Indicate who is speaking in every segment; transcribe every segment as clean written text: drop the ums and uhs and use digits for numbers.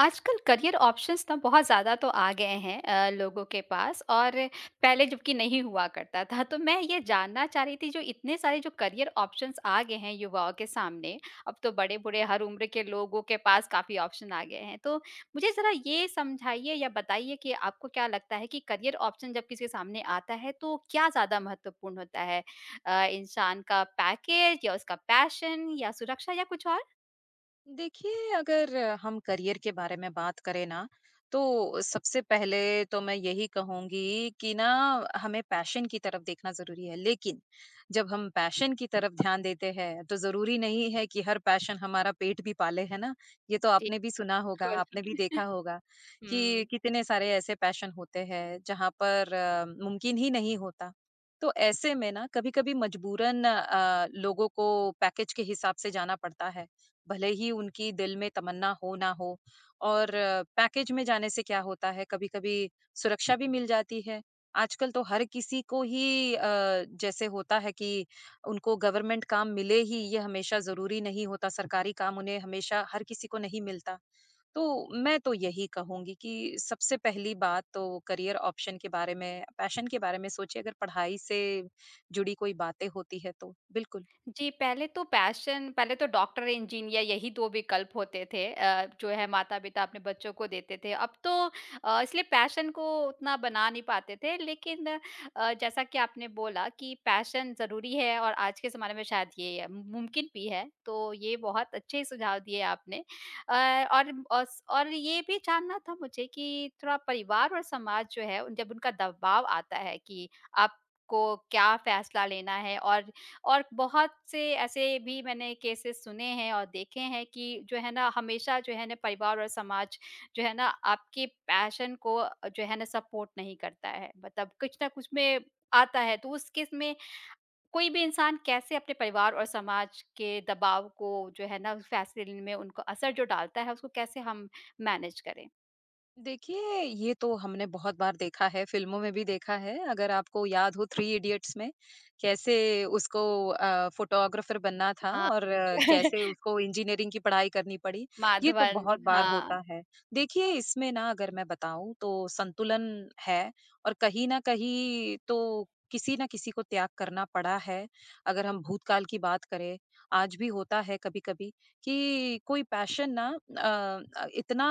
Speaker 1: आजकल career options ना बहुत ज़्यादा तो आ गए हैं, लोगों के पास और पहले जबकि नहीं हुआ करता था। तो मैं ये जानना चाह रही थी जो इतने सारे जो करियर ऑप्शंस आ गए हैं युवाओं के सामने, अब तो बड़े-बूढ़े हर उम्र के लोगों के पास काफ़ी ऑप्शन आ गए हैं। तो मुझे ज़रा ये समझाइए या बताइए कि आपको क्या लगता है कि करियर ऑप्शन जब किसी के सामने आता है तो क्या ज़्यादा महत्वपूर्ण होता है? इंसान का पैकेज या उसका पैशन या सुरक्षा या कुछ और?
Speaker 2: देखिए, अगर हम करियर के बारे में बात करें ना, तो सबसे पहले तो मैं यही कहूँगी कि ना हमें पैशन की तरफ देखना ज़रूरी है। लेकिन जब हम पैशन की तरफ ध्यान देते हैं, तो ज़रूरी नहीं है कि हर पैशन हमारा पेट भी पाले, है ना? ये तो
Speaker 1: जी,
Speaker 2: आपने भी सुना होगा, आपने भी
Speaker 1: बिल्कुल।
Speaker 2: देखा होगा कि
Speaker 1: हुँ।
Speaker 2: कितने सारे ऐसे पैशन होते हैं, जहाँ पर मुमकिन ही नहीं होता। तो ऐसे में ना कभी-कभी मजबूरन लोगों को पैकेज के हिसाब से जाना पड़ता है। भले ही उनकी दिल में तमन्ना हो ना हो और पैकेज में जाने से क्या होता है कभी-कभी सुरक्षा भी मिल जाती है। आजकल तो हर किसी को ही जैसे होता है कि उनको गवर्नमेंट काम मिले ही ये हमेशा ज़रूरी नहीं होता, सरकारी काम उन्हें हमेशा हर किसी को नहीं मिलता। तो मैं तो यही कहूँगी कि सबसे पहली बात तो करियर ऑप्शन के बारे में, पैशन के बारे में सोचिए अगर पढ़ाई से जुड़ी कोई बातें होती है तो। बिल्कुल।
Speaker 1: जी, पहले तो डॉक्टर, इंजीनियर यही 2 विकल्प होते थे, जो है माता-पिता अपने बच्चों को देते थे। अब तो इसलिए पैशन को उतना बना नहीं पाते थे, लेकिन जैसा कि आपने बोला कि पैशन ज़रूरी है और आज के ज़माने में शायद ये है, मुमकिन भी है, तो ये बहुत अच्छे सुझाव दिए आपने। अ, और और ये भी जानना था मुझे कि थोड़ा परिवार और समाज जो है, जब उनका दबाव आता है कि आपको क्या फैसला लेना है, और बहुत से ऐसे भी मैंने केसेस सुने हैं और देखे हैं कि जो है ना हमेशा जो है ना परिवार और समाज जो है ना आपके पैशन को जो है ना सपोर्ट नहीं करता है, मतलब कुछ ना कुछ में आता है, तो उस केस में कोई भी इंसान कैसे अपने परिवार और समाज के दबाव को जो है ना उस फैसले लेने में उनको असर जो डालता है उसको कैसे हम मैनेज करें?
Speaker 2: देखिए, ये तो हमने बहुत बार देखा है, फ़िल्मों में भी देखा है। अगर आपको याद हो थ्री इडियट्स में कैसे उसको फ़ोटोग्राफ़र बनना था
Speaker 1: हाँ,
Speaker 2: और कैसे उसको इंजीनियरिंग की पढ़ाई करनी पड़ी, ये तो
Speaker 1: माधवन,
Speaker 2: बहुत बार
Speaker 1: हाँ।
Speaker 2: होता है। देखिए, इसमें ना अगर मैं बताऊँ तो संतुलन है और कहीं न कहीं तो किसी न किसी को त्याग करना पड़ा है। अगर हम भूतकाल की बात करें, आज भी होता है कभी-कभी कि कोई पैशन ना इतना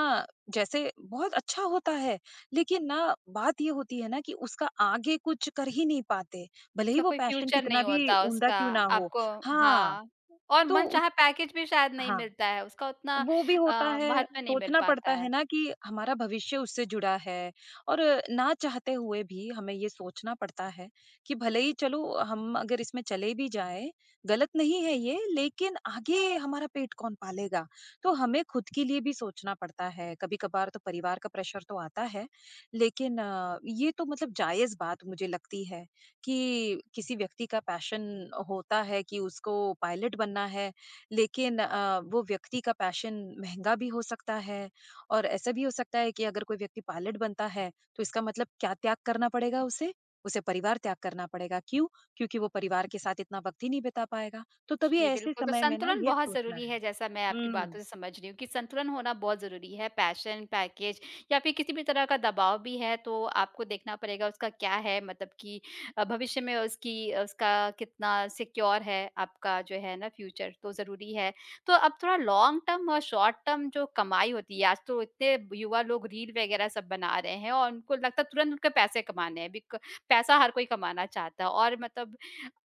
Speaker 2: जैसे बहुत अच्छा होता है, लेकिन ना बात ये होती है ना कि उसका आगे कुछ कर ही नहीं पाते, भले ही
Speaker 1: उसका
Speaker 2: वो
Speaker 1: कोई
Speaker 2: पैशन
Speaker 1: फ्यूचर
Speaker 2: कितना
Speaker 1: नहीं
Speaker 2: भी
Speaker 1: होता,
Speaker 2: उम्दा
Speaker 1: उसका
Speaker 2: क्यों ना हो।
Speaker 1: आपको,
Speaker 2: हाँ,
Speaker 1: हाँ, और
Speaker 2: तो उस,
Speaker 1: मनचाहा पैकेज भी शायद नहीं
Speaker 2: हाँ।
Speaker 1: मिलता है, उसका उतना
Speaker 2: वो भी होता है,
Speaker 1: महत्व नहीं मिल
Speaker 2: सोचना
Speaker 1: पाता
Speaker 2: पड़ता
Speaker 1: है।
Speaker 2: है ना कि हमारा भविष्य उससे जुड़ा है और ना चाहते हुए भी हमें ये सोचना पड़ता है कि भले ही चलो हम अगर इसमें चले भी जाएँ, गलत नहीं है ये लेकिन आगे हमारा पेट कौन पालेगा? तो हमें खुद के लिए भी सोचना पड़ता है, कभी-कभार तो परिवार का प्रेशर तो आता है, लेकिन ये तो मतलब जायज़ बात मुझे लगती है कि किसी व्यक्ति का पैशन होता है कि उसको पायलट बनना है लेकिन वो व्यक्ति का पैशन महँगा भी हो सकता है और ऐसा भी हो सकता है कि अगर कोई व्यक्ति पायलट बनता है, तो इसका मतलब क्या त्याग करना पड़ेगा उसे? उसे परिवार त्याग करना पड़ेगा, क्यों? क्योंकि वो परिवार के साथ इतना वक़्त ही नहीं बिता पाएगा। तो तभी
Speaker 1: जी,
Speaker 2: ऐसे
Speaker 1: बिल्कुल, तो
Speaker 2: समय में ना
Speaker 1: संतुलन
Speaker 2: ये
Speaker 1: बहुत
Speaker 2: सोचना
Speaker 1: ज़रूरी
Speaker 2: है।
Speaker 1: है, जैसा मैं आपकी
Speaker 2: हुँ।
Speaker 1: बातों से समझ रही हूँ कि संतुलन होना बहुत ज़रूरी है। पैशन, पैकेज या फिर किसी भी तरह का दबाव भी है, तो आपको देखना पड़ेगा उसका क्या है, मतलब कि भविष्य में उसकी उसका कितना सिक्योर है आपका जो है ना फ्यूचर, तो ज़रूरी है। तो अब थोड़ा लॉन्ग टर्म और शॉर्ट टर्म जो कमाई होती है, आज तो इतने युवा लोग रील वग़ैरह सब बना रहे हैं और उनको लगता है तुरंत उनके पैसे कमाने हैं, बिक पैसा हर कोई कमाना चाहता है और मतलब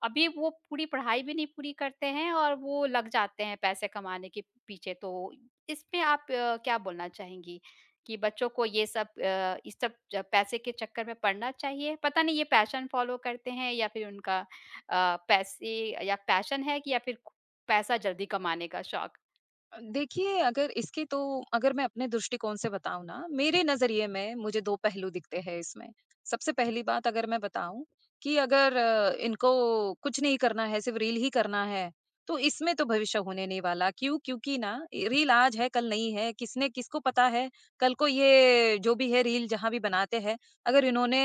Speaker 1: अभी वो पूरी पढ़ाई भी नहीं पूरी करते हैं और वो लग जाते हैं पैसे कमाने के पीछे। तो इसमें आप क्या बोलना चाहेंगी कि बच्चों को ये सब अ, इस सब ज पैसे के चक्कर में पड़ना चाहिए? पता नहीं ये पैशन फ़ॉलो करते हैं या फिर उनका पैसे या पैशन है कि या फिर पैसा जल्दी कमाने का शौक?
Speaker 2: देखिए, अगर इसके तो अगर मैं अपने दृष्टिकोण से बताऊँ ना, मेरे नज़रिए में मुझे 2 पहलू दिखते हैं इसमें। सबसे पहली बात अगर मैं बताऊँ कि अगर इनको कुछ नहीं करना है, सिर्फ़ रील ही करना है, तो इसमें तो भविष्य होने नहीं वाला। क्यों? क्योंकि ना ए, रील आज है, कल नहीं है। किसने किसको पता है, कल को ये जो भी है रील जहाँ भी बनाते हैं, अगर इन्होंने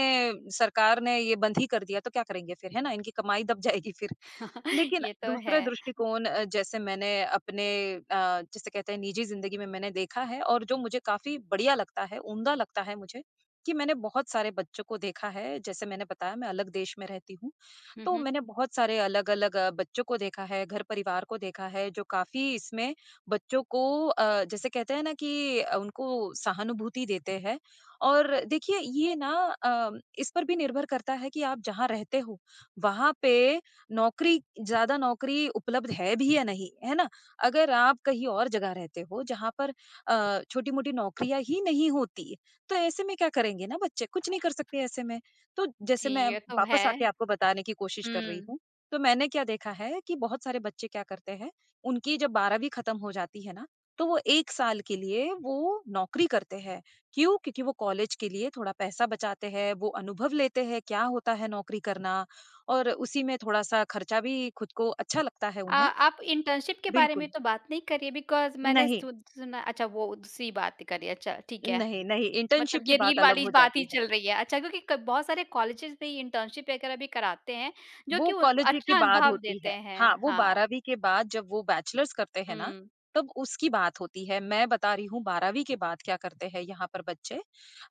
Speaker 2: सरकार ने ये बंद ही कर दिया तो क्या करेंगे फिर, है ना? इनकी कमाई दब जाएगी फिर। लेकिन
Speaker 1: ये तो है।
Speaker 2: दूसरा दृष्टिकोण जैसे मैंने अपने जिसे कहते हैं निजी जिंदगी में मैंने देखा है और जो मुझे काफ़ी बढ़िया लगता है, उम्दा लगता है मुझे, कि मैंने बहुत सारे बच्चों को देखा है, जैसे मैंने बताया मैं अलग देश में रहती हूँ।
Speaker 1: हुँ,
Speaker 2: तो
Speaker 1: हुँ।
Speaker 2: मैंने बहुत सारे अलग-अलग बच्चों को देखा है, घर परिवार को देखा है जो काफ़ी इसमें बच्चों को जैसे कहते हैं ना कि उनको सहानुभूति देते हैं और देखिए ये ना अ, इस पर भी निर्भर करता है कि आप जहाँ रहते हो, वहाँ पे नौकरी ज़्यादा नौकरी उपलब्ध है भी या नहीं, है ना? अगर आप कहीं और जगह रहते हो जहाँ पर छोटी-मोटी नौकरियाँ ही नहीं होती, तो ऐसे में क्या करेंगे ना बच्चे? कुछ नहीं कर सकते ऐसे में। तो
Speaker 1: जी,
Speaker 2: जैसे मैं
Speaker 1: ये तो है।
Speaker 2: वापस आके आपको बताने की कोशिश कर रही
Speaker 1: हुँ।
Speaker 2: हूँ, तो मैंने क्या देखा है कि बहुत सारे बच्चे क्या करते हैं, उनकी जब 12वीं खत्म हो जाती है ना, तो वो 1 साल के लिए वो नौकरी करते हैं। क्यों? क्योंकि वो कॉलेज के लिए थोड़ा पैसा बचाते हैं, वो अनुभव लेते हैं, क्या होता है नौकरी करना और उसी में थोड़ा-सा खर्चा भी खुद को अच्छा लगता है उन्हें।
Speaker 1: आप इंटर्नशिप के बारे में
Speaker 2: बिल्कुल,
Speaker 1: तो बात नहीं करिए, बिकॉज़ मैंने
Speaker 2: नहीं,
Speaker 1: सु सुना अच्छा वो दूसरी बात करी, अच्छा ठीक है।
Speaker 2: नहीं, नहीं, इंटर्नशिप
Speaker 1: मतलब
Speaker 2: की
Speaker 1: ये
Speaker 2: बात
Speaker 1: रील
Speaker 2: अलग
Speaker 1: वाली
Speaker 2: हो
Speaker 1: बात ही
Speaker 2: जाती है।
Speaker 1: चल रही है। अच्छा, क्योंकि क बहुत सारे कॉलेजेज़ में ये इंटर्नशिप वगैरह भी कराते हैं, जो
Speaker 2: वो
Speaker 1: कि उन
Speaker 2: कॉलेज के
Speaker 1: अच्छा
Speaker 2: बाद
Speaker 1: अनुभव
Speaker 2: होती
Speaker 1: देते
Speaker 2: है।
Speaker 1: हैं।
Speaker 2: हाँ, वो
Speaker 1: हाँ,
Speaker 2: 12वीं के बाद जब वो बैचलर्स करते हैं ना,
Speaker 1: हुँ।
Speaker 2: तब उसकी बात होती है। मैं बता रही हूँ 12वीं के बाद क्या करते हैं यहाँ पर बच्चे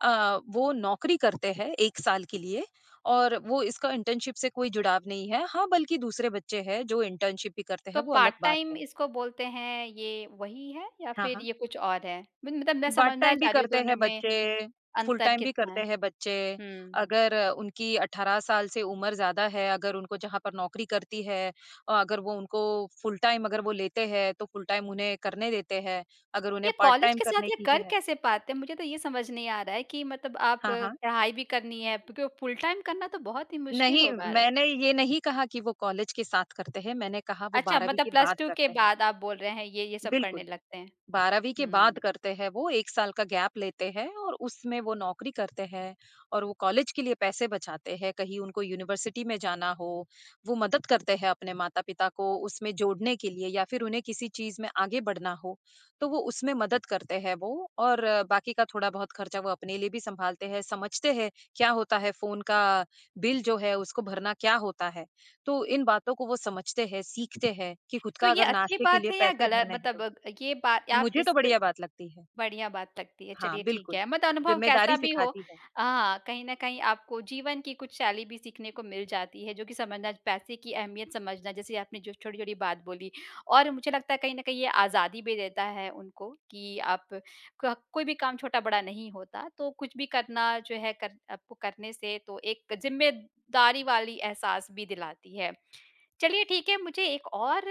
Speaker 2: वो नौकरी करते हैं 1 साल के लिए और वो इसका इंटर्नशिप से कोई जुड़ाव नहीं है। हाँ, बल्कि दूसरे बच्चे हैं जो इंटर्नशिप भी करते
Speaker 1: तो
Speaker 2: हैं, वो अलग
Speaker 1: पार्ट
Speaker 2: बात
Speaker 1: टाइम
Speaker 2: है।
Speaker 1: इसको बोलते हैं, ये वही है या
Speaker 2: हाँ,
Speaker 1: फिर
Speaker 2: हाँ।
Speaker 1: ये कुछ और है? म मतलब मैं
Speaker 2: पार्ट
Speaker 1: समझना
Speaker 2: टाइम भी
Speaker 1: चाह रही हूँ
Speaker 2: करते
Speaker 1: दोनों
Speaker 2: हैं
Speaker 1: में
Speaker 2: बच्चे, फुल
Speaker 1: अंतर
Speaker 2: टाइम भी
Speaker 1: कितना
Speaker 2: करते
Speaker 1: है?
Speaker 2: हैं बच्चे।
Speaker 1: हुँ।
Speaker 2: अगर उनकी 18 साल से उम्र ज़्यादा है, अगर उनको जहाँ पर नौकरी करती है और अगर वो उनको फुल टाइम अगर वो लेते हैं, तो फुल टाइम उन्हें करने देते हैं। अगर
Speaker 1: ये
Speaker 2: उन्हें पार्ट
Speaker 1: कॉलेज
Speaker 2: टाइम
Speaker 1: के साथ
Speaker 2: करने
Speaker 1: ये
Speaker 2: की
Speaker 1: कर
Speaker 2: ही है,
Speaker 1: कैसे पाते हैं? मुझे तो ये समझ नहीं आ रहा है कि मतलब आप
Speaker 2: हाँ, हाँ।
Speaker 1: पढ़ाई भी करनी है, क्योंकि फुल टाइम करना तो बहुत ही मुश्किल
Speaker 2: नहीं,
Speaker 1: होगा रहा,
Speaker 2: मैंने ये नहीं कहा कि वो कॉलेज के साथ करते हैं, मैंने कहा वो
Speaker 1: अच्छा
Speaker 2: 12वीं
Speaker 1: मतलब
Speaker 2: के
Speaker 1: प्लस
Speaker 2: बाद
Speaker 1: टू के
Speaker 2: करते हैं।
Speaker 1: बाद आप बोल रहे हैं ये सब करने
Speaker 2: बिल्कुल।
Speaker 1: लगते हैं।
Speaker 2: 12वीं के बाद
Speaker 1: हुँ।
Speaker 2: करते हैं वो, 1 साल का गैप लेते हैं और उसमें वो नौकरी करते हैं और वो कॉलेज के लिए पैसे बचाते हैं, कहीं उनको यूनिवर्सिटी में जाना हो, वो मदद करते हैं अपने माता-पिता को उसमें जोड़ने के लिए या फिर उन्हें किसी चीज़ में आगे बढ़ना हो, तो वो उसमें मदद करते हैं वो और बाकी का थोड़ा-बहुत खर्चा वो अपने लिए भी सँभालते हैं, समझते हैं क्या होता है फ़ोन का बिल जो है उसको भरना क्या होता है। तो इन बातों को वो समझते हैं, सीखते हैं कि खुद
Speaker 1: तो
Speaker 2: का
Speaker 1: ये
Speaker 2: अगर
Speaker 1: अच्छी
Speaker 2: नाश्ते के
Speaker 1: बात
Speaker 2: लिए
Speaker 1: है या
Speaker 2: पैसे
Speaker 1: गलत,
Speaker 2: भरने हैं
Speaker 1: मतलब
Speaker 2: तो
Speaker 1: ये बात आप
Speaker 2: मुझे तो
Speaker 1: इस
Speaker 2: बढ़िया बात लगती है।
Speaker 1: बढ़िया बात लगती है।
Speaker 2: हाँ,
Speaker 1: चलिए ठीक
Speaker 2: बिल्कुल,
Speaker 1: है, मत अनुभव कैसा
Speaker 2: ज़िम्मेदारी
Speaker 1: भी हो,
Speaker 2: सिखाती है।
Speaker 1: हाँ, कहीं न कहीं आपको जीवन की कुछ शैली भी सीखने को मिल जाती है, जो कि समझना पैसे की अहमियत समझना, जैसे आपने जो छोटी-छोटी बात बोली और मुझे लगता है कहीं न कहीं ये आज़ादी भी देता है उनको कि आप क कोई भी काम छोटा-बड़ा नहीं होता, तो कुछ भी करना जो है कर आपको करने से तो एक ज़िम्मेदारी वाली एहसास भी दिलाती है। चलिए ठीक है, मुझे एक और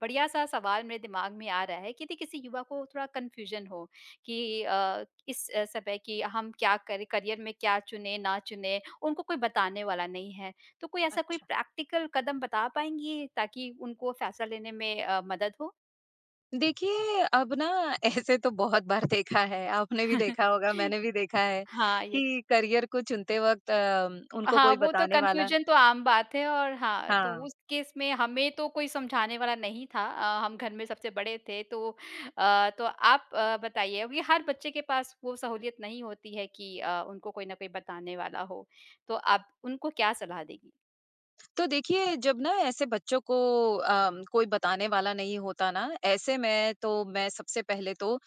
Speaker 1: बढ़िया-सा सवाल मेरे दिमाग में आ रहा है कि यदि किसी युवा को थोड़ा कन्फ्यूज़न हो कि इस समय कि हम क्या करें, करियर में क्या चुनें, ना चुनें, उनको कोई बताने वाला नहीं है। तो कोई ऐसा कोई
Speaker 2: अच्छा।
Speaker 1: प्रैक्टिकल कदम बता पाएँगी ताकि उनको फैसला लेने में मदद हो?
Speaker 2: देखिए, अब ना ऐसे तो बहुत बार देखा है, आपने भी देखा होगा, मैंने भी देखा है
Speaker 1: हाँ, ये,
Speaker 2: कि करियर को चुनते वक़्त उनको
Speaker 1: हाँ,
Speaker 2: कोई
Speaker 1: वो तो,
Speaker 2: बताने वाला,
Speaker 1: कन्फ्यूज़न तो आम बात है और हाँ, तो
Speaker 2: हाँ,
Speaker 1: उस केस में हमें तो कोई समझाने वाला नहीं था, हम घर में सबसे बड़े थे, तो तो आप बताइए, क्योंकि हर बच्चे के पास वो सहूलियत नहीं होती है कि उनको कोई ना कोई बताने वाला हो, तो आप उनको क्या सलाह देंगी?
Speaker 2: तो देखिए जब ना ऐसे बच्चों को कोई बताने वाला नहीं होता ना, ऐसे में तो मैं सबसे पहले तो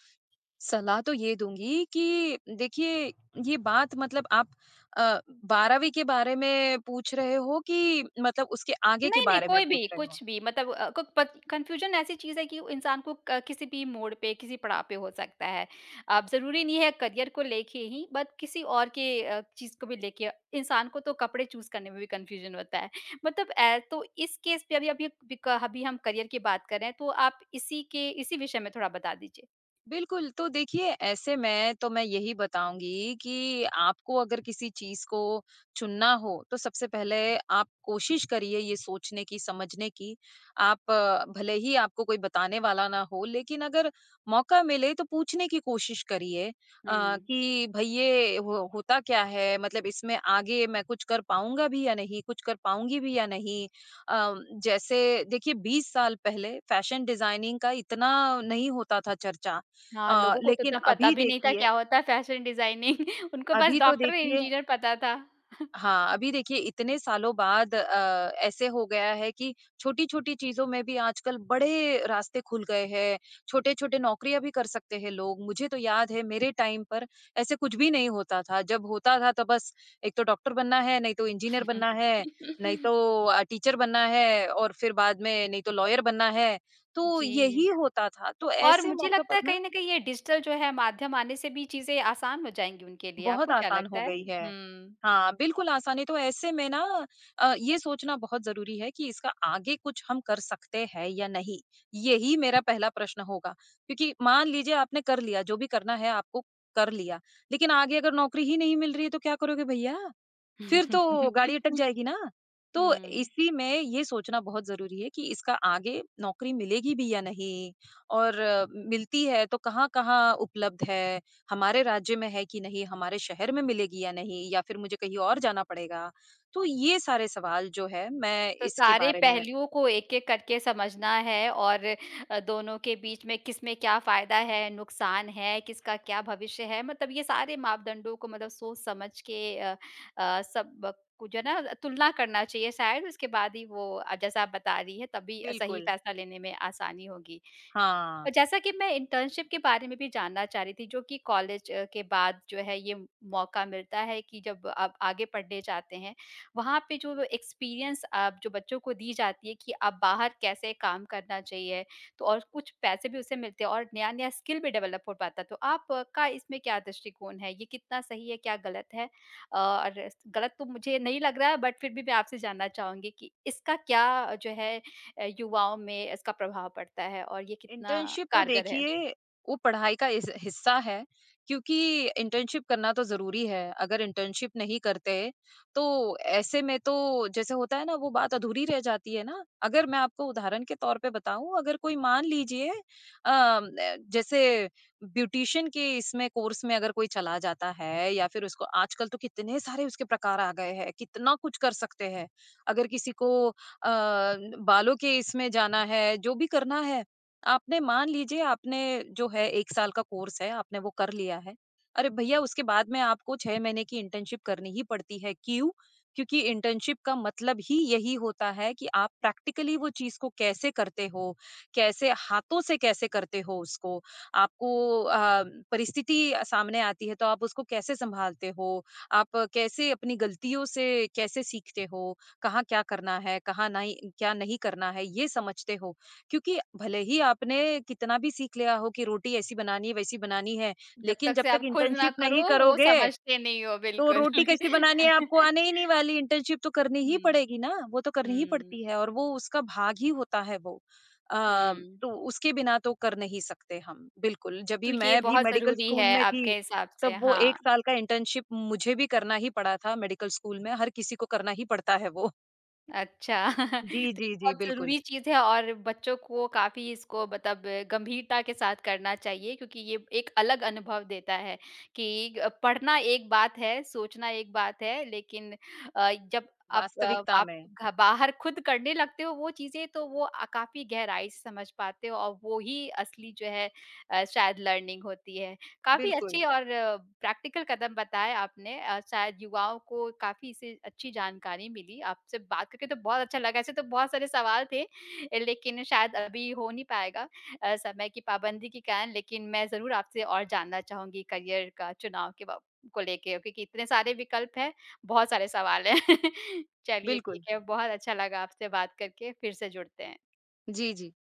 Speaker 2: सलाह तो ये दूँगी कि देखिए, ये बात मतलब आप अ, 12वीं के बारे में पूछ रहे हो कि मतलब उसके आगे के
Speaker 1: नहीं, नहीं,
Speaker 2: बारे में
Speaker 1: कोई भी,
Speaker 2: पूछ रहे हो?
Speaker 1: कुछ भी, मतलब अ, क प कन्फ्यूज़न ऐसी चीज़ है कि इंसान को क किसी भी मोड़ पे, किसी पड़ाव पे हो सकता है। अब ज़रूरी नहीं है करियर को लेके ही, बट किसी और के चीज़ को भी लेके इंसान को तो कपड़े चूज़ करने में भी कन्फ्यूज़न होता है। मतलब ए तो इस केस पे अभी अभी बिक अभी हम करियर की बात कर रहे हैं, तो आप इसी के इसी विषय में थोड़ा बता दीजिए।
Speaker 2: बिल्कुल, तो देखिए ऐसे में तो मैं यही बताऊँगी कि आपको अगर किसी चीज़ को चुनना हो, तो सबसे पहले आप कोशिश करिए ये सोचने की, समझने की। आप भले ही आपको कोई बताने वाला ना हो, लेकिन अगर मौका मिले तो पूछने की कोशिश करिए
Speaker 1: हुँ।
Speaker 2: कि भई ये हो होता क्या है? मतलब इसमें आगे मैं कुछ कर पाऊँगा भी या नहीं? कुछ कर पाऊँगी भी या नहीं? अ, जैसे देखिए 20 साल पहले फैशन डिज़ाइनिंग का इतना नहीं होता था चर्चा।
Speaker 1: हाँ, लोगों को तो
Speaker 2: लेकिन
Speaker 1: इतना पता
Speaker 2: अभी
Speaker 1: भी नहीं था
Speaker 2: देखिए
Speaker 1: क्या होता है फैशन डिज़ाइनिंग। उनको बस
Speaker 2: अभी तो
Speaker 1: डॉक्टर,
Speaker 2: देखिए
Speaker 1: इंजीनियर पता था।
Speaker 2: हाँ, अभी देखिए इतने सालों बाद ऐसे हो गया है कि छोटी-छोटी चीज़ों में भी आजकल बड़े रास्ते खुल गए हैं, छोटे-छोटे नौकरियाँ भी कर सकते हैं लोग। मुझे तो याद है मेरे टाइम पर ऐसे कुछ भी नहीं होता था, जब होता था तो बस एक तो डॉक्टर बनना है, नहीं तो इंजीनियर बनना है, नहीं तो टीचर बनना है और फिर बाद में नहीं तो लॉयर बनना है, तो
Speaker 1: जी।
Speaker 2: यही होता था। तो
Speaker 1: और
Speaker 2: ऐसे
Speaker 1: मुझे
Speaker 2: मौके
Speaker 1: लगता
Speaker 2: पर
Speaker 1: है कहीं
Speaker 2: ना
Speaker 1: न कहीं ये डिजिटल जो है माध्यम आने से भी चीज़ें आसान हो जाएँगी उनके लिए,
Speaker 2: बहुत
Speaker 1: आपको क्या
Speaker 2: आसान
Speaker 1: लगता
Speaker 2: हो
Speaker 1: है?
Speaker 2: गई है।
Speaker 1: हुँ।
Speaker 2: हाँ, बिल्कुल आसानी तो ऐसे में ना ये सोचना बहुत ज़रूरी है कि इसका आगे कुछ हम कर सकते हैं या नहीं? यही मेरा पहला प्रश्न होगा। क्योंकि मान लीजिए आपने कर लिया, जो भी करना है आपको कर लिया, लेकिन आगे अगर नौकरी ही नहीं मिल रही है तो क्या करोगे भैया? फिर तो गाड़ी अटक जाएगी ना। तो
Speaker 1: हुँ।
Speaker 2: इसी में ये सोचना बहुत ज़रूरी है कि इसका आगे नौकरी मिलेगी भी या नहीं और मिलती है तो कहाँ-कहाँ उपलब्ध है, हमारे राज्य में है कि नहीं, हमारे शहर में मिलेगी या नहीं या फिर मुझे कहीं और जाना पड़ेगा। तो ये सारे सवाल जो है मैं
Speaker 1: तो
Speaker 2: इसके
Speaker 1: सारे
Speaker 2: बारे में
Speaker 1: पहलुओं को एक-एक करके समझना है और दोनों के बीच में किसमें क्या फ़ायदा है, नुकसान है, किसका क्या भविष्य है, मतलब ये सारे मापदंडों को मतलब सोच-समझ के सब को जो है ना तुलना करना चाहिए, शायद उसके बाद ही वो जैसा आप बता रही हैं तभी सही
Speaker 2: बिल्कुल,
Speaker 1: फैसला लेने में आसानी होगी।
Speaker 2: हाँ।
Speaker 1: जैसा कि मैं इंटर्नशिप के बारे में भी जानना चाह रही थी, जो कि कॉलेज के बाद जो है ये मौका मिलता है कि जब आप आगे पढ़ने जाते हैं, वहाँ पे जो एक्सपीरियंस आप जो बच्चों को दी जाती है कि आप बाहर कैसे काम करना चाहिए, तो और कुछ पैसे भी उससे मिलते हैं और नया-नया स्किल भी डेवलप हो पाता है। तो आपका इसमें क्या दृष्टिकोण है? ये कितना सही है, क्या गलत है? और गलत तो मुझे नहीं लग रहा है, बट फिर भी मैं आपसे जानना चाहूँगी कि इसका क्या जो है युवाओं में इसका प्रभाव पड़ता है और ये कितना
Speaker 2: इंटर्नशिप तो
Speaker 1: कारगर है।
Speaker 2: देखिए वो पढ़ाई का हिस्सा है क्योंकि इंटर्नशिप करना तो जरूरी है अगर इंटर्नशिप नहीं करते तो ऐसे में तो जैसे होता है ना वो बात अधूरी रह जाती है ना अगर मैं आपको उदाहरण के तौर पे बताऊं अगर कोई मान लीजिए जैसे ब्यूटिशियन के इसमें कोर्स में अगर कोई चला जाता है या फिर उसको आजकल तो कितने सारे उसके प्रकार आ गए हैं कितना कुछ कर सकते हैं अगर किसी को बालों के इसमें जाना है जो भी करना है आपने मान लीजिए आपने जो है 1 साल का कोर्स है, आपने वो कर लिया है। अरे भैया उसके बाद में आपको 6 महीने की इंटर्नशिप करनी ही पड़ती है, क्यों? क्योंकि इंटर्नशिप का मतलब ही यही होता है कि आप प्रैक्टिकली वो चीज़ को कैसे करते हो, कैसे हाथों से कैसे करते हो उसको, आपको अ, परिस्थिति सामने आती है तो आप उसको कैसे सँभालते हो, आप कैसे अपनी गलतियों से कैसे सीखते हो, कहाँ क्या करना है, कहाँ नहीं क्या नहीं करना है, ये समझते हो। क्योंकि भले ही आपने कितना भी सीख लिया हो कि रोटी ऐसी बनानी है, वैसी बनानी है,
Speaker 1: जब
Speaker 2: लेकिन
Speaker 1: तक
Speaker 2: जब
Speaker 1: से
Speaker 2: तक
Speaker 1: आप खुद ना
Speaker 2: इंटर्नशिप
Speaker 1: करो
Speaker 2: नहीं
Speaker 1: वो
Speaker 2: करोगे,
Speaker 1: समझते नहीं हो,
Speaker 2: तो
Speaker 1: बिल्कुल।
Speaker 2: रोटी कैसी बनानी है आपको आने ही नहीं वाली, इंटर्नशिप तो करनी ही
Speaker 1: हुँ,
Speaker 2: पड़ेगी ना, वो तो करनी ही
Speaker 1: हुँ,
Speaker 2: पड़ती है और वो उसका भाग ही होता है वो। अ,
Speaker 1: हुँ।
Speaker 2: तो उसके बिना तो कर नहीं सकते हम, बिल्कुल।
Speaker 1: तो
Speaker 2: जभी
Speaker 1: ये
Speaker 2: मैं भी
Speaker 1: बहुत
Speaker 2: मेडिकल
Speaker 1: ज़रूरी
Speaker 2: स्कूल
Speaker 1: है
Speaker 2: में थी,
Speaker 1: आपके हिसाब से,
Speaker 2: तब वो
Speaker 1: हाँ।
Speaker 2: 1 साल का इंटर्नशिप मुझे भी करना ही पड़ा था मेडिकल स्कूल में, हर किसी को करना ही पड़ता है वो।
Speaker 1: अच्छा।
Speaker 2: जी,
Speaker 1: तो
Speaker 2: जी, जी,
Speaker 1: बहुत
Speaker 2: बिल्कुल,
Speaker 1: ज़रूरी चीज़ है और बच्चों को काफ़ी इसको मतलब गंभीरता के साथ करना चाहिए, क्योंकि ये एक अलग अनुभव देता है कि पढ़ना एक बात है, सोचना एक बात है, लेकिन जब आप अ,
Speaker 2: वास्तविकता
Speaker 1: आप
Speaker 2: में।
Speaker 1: घ बाहर खुद करने लगते हो वो चीज़ें, तो वो काफ़ी गहराई से समझ पाते हो और वो ही असली जो है शायद लर्निंग होती है। काफ़ी
Speaker 2: बिल्कुल,
Speaker 1: अच्छे और प्रैक्टिकल कदम बताए आपने, शायद युवाओं को काफ़ी इससे अच्छी जानकारी मिली। आपसे बात करके तो बहुत अच्छा लगा, ऐसे तो बहुत सारे सवाल थे, लेकिन शायद अभी हो नहीं पाएगा, समय की पाबंदी के कारण, लेकिन मैं ज़रूर आपसे और जानना चाहूँगी करियर का चुनाव के बा को लेके, क्योंकि इतने सारे विकल्प हैं, बहुत सारे सवाल हैं। चलिए ठीक
Speaker 2: बिल्कुल।
Speaker 1: है, बहुत अच्छा लगा आपसे बात करके, फिर से जुड़ते हैं।
Speaker 2: जी, जी।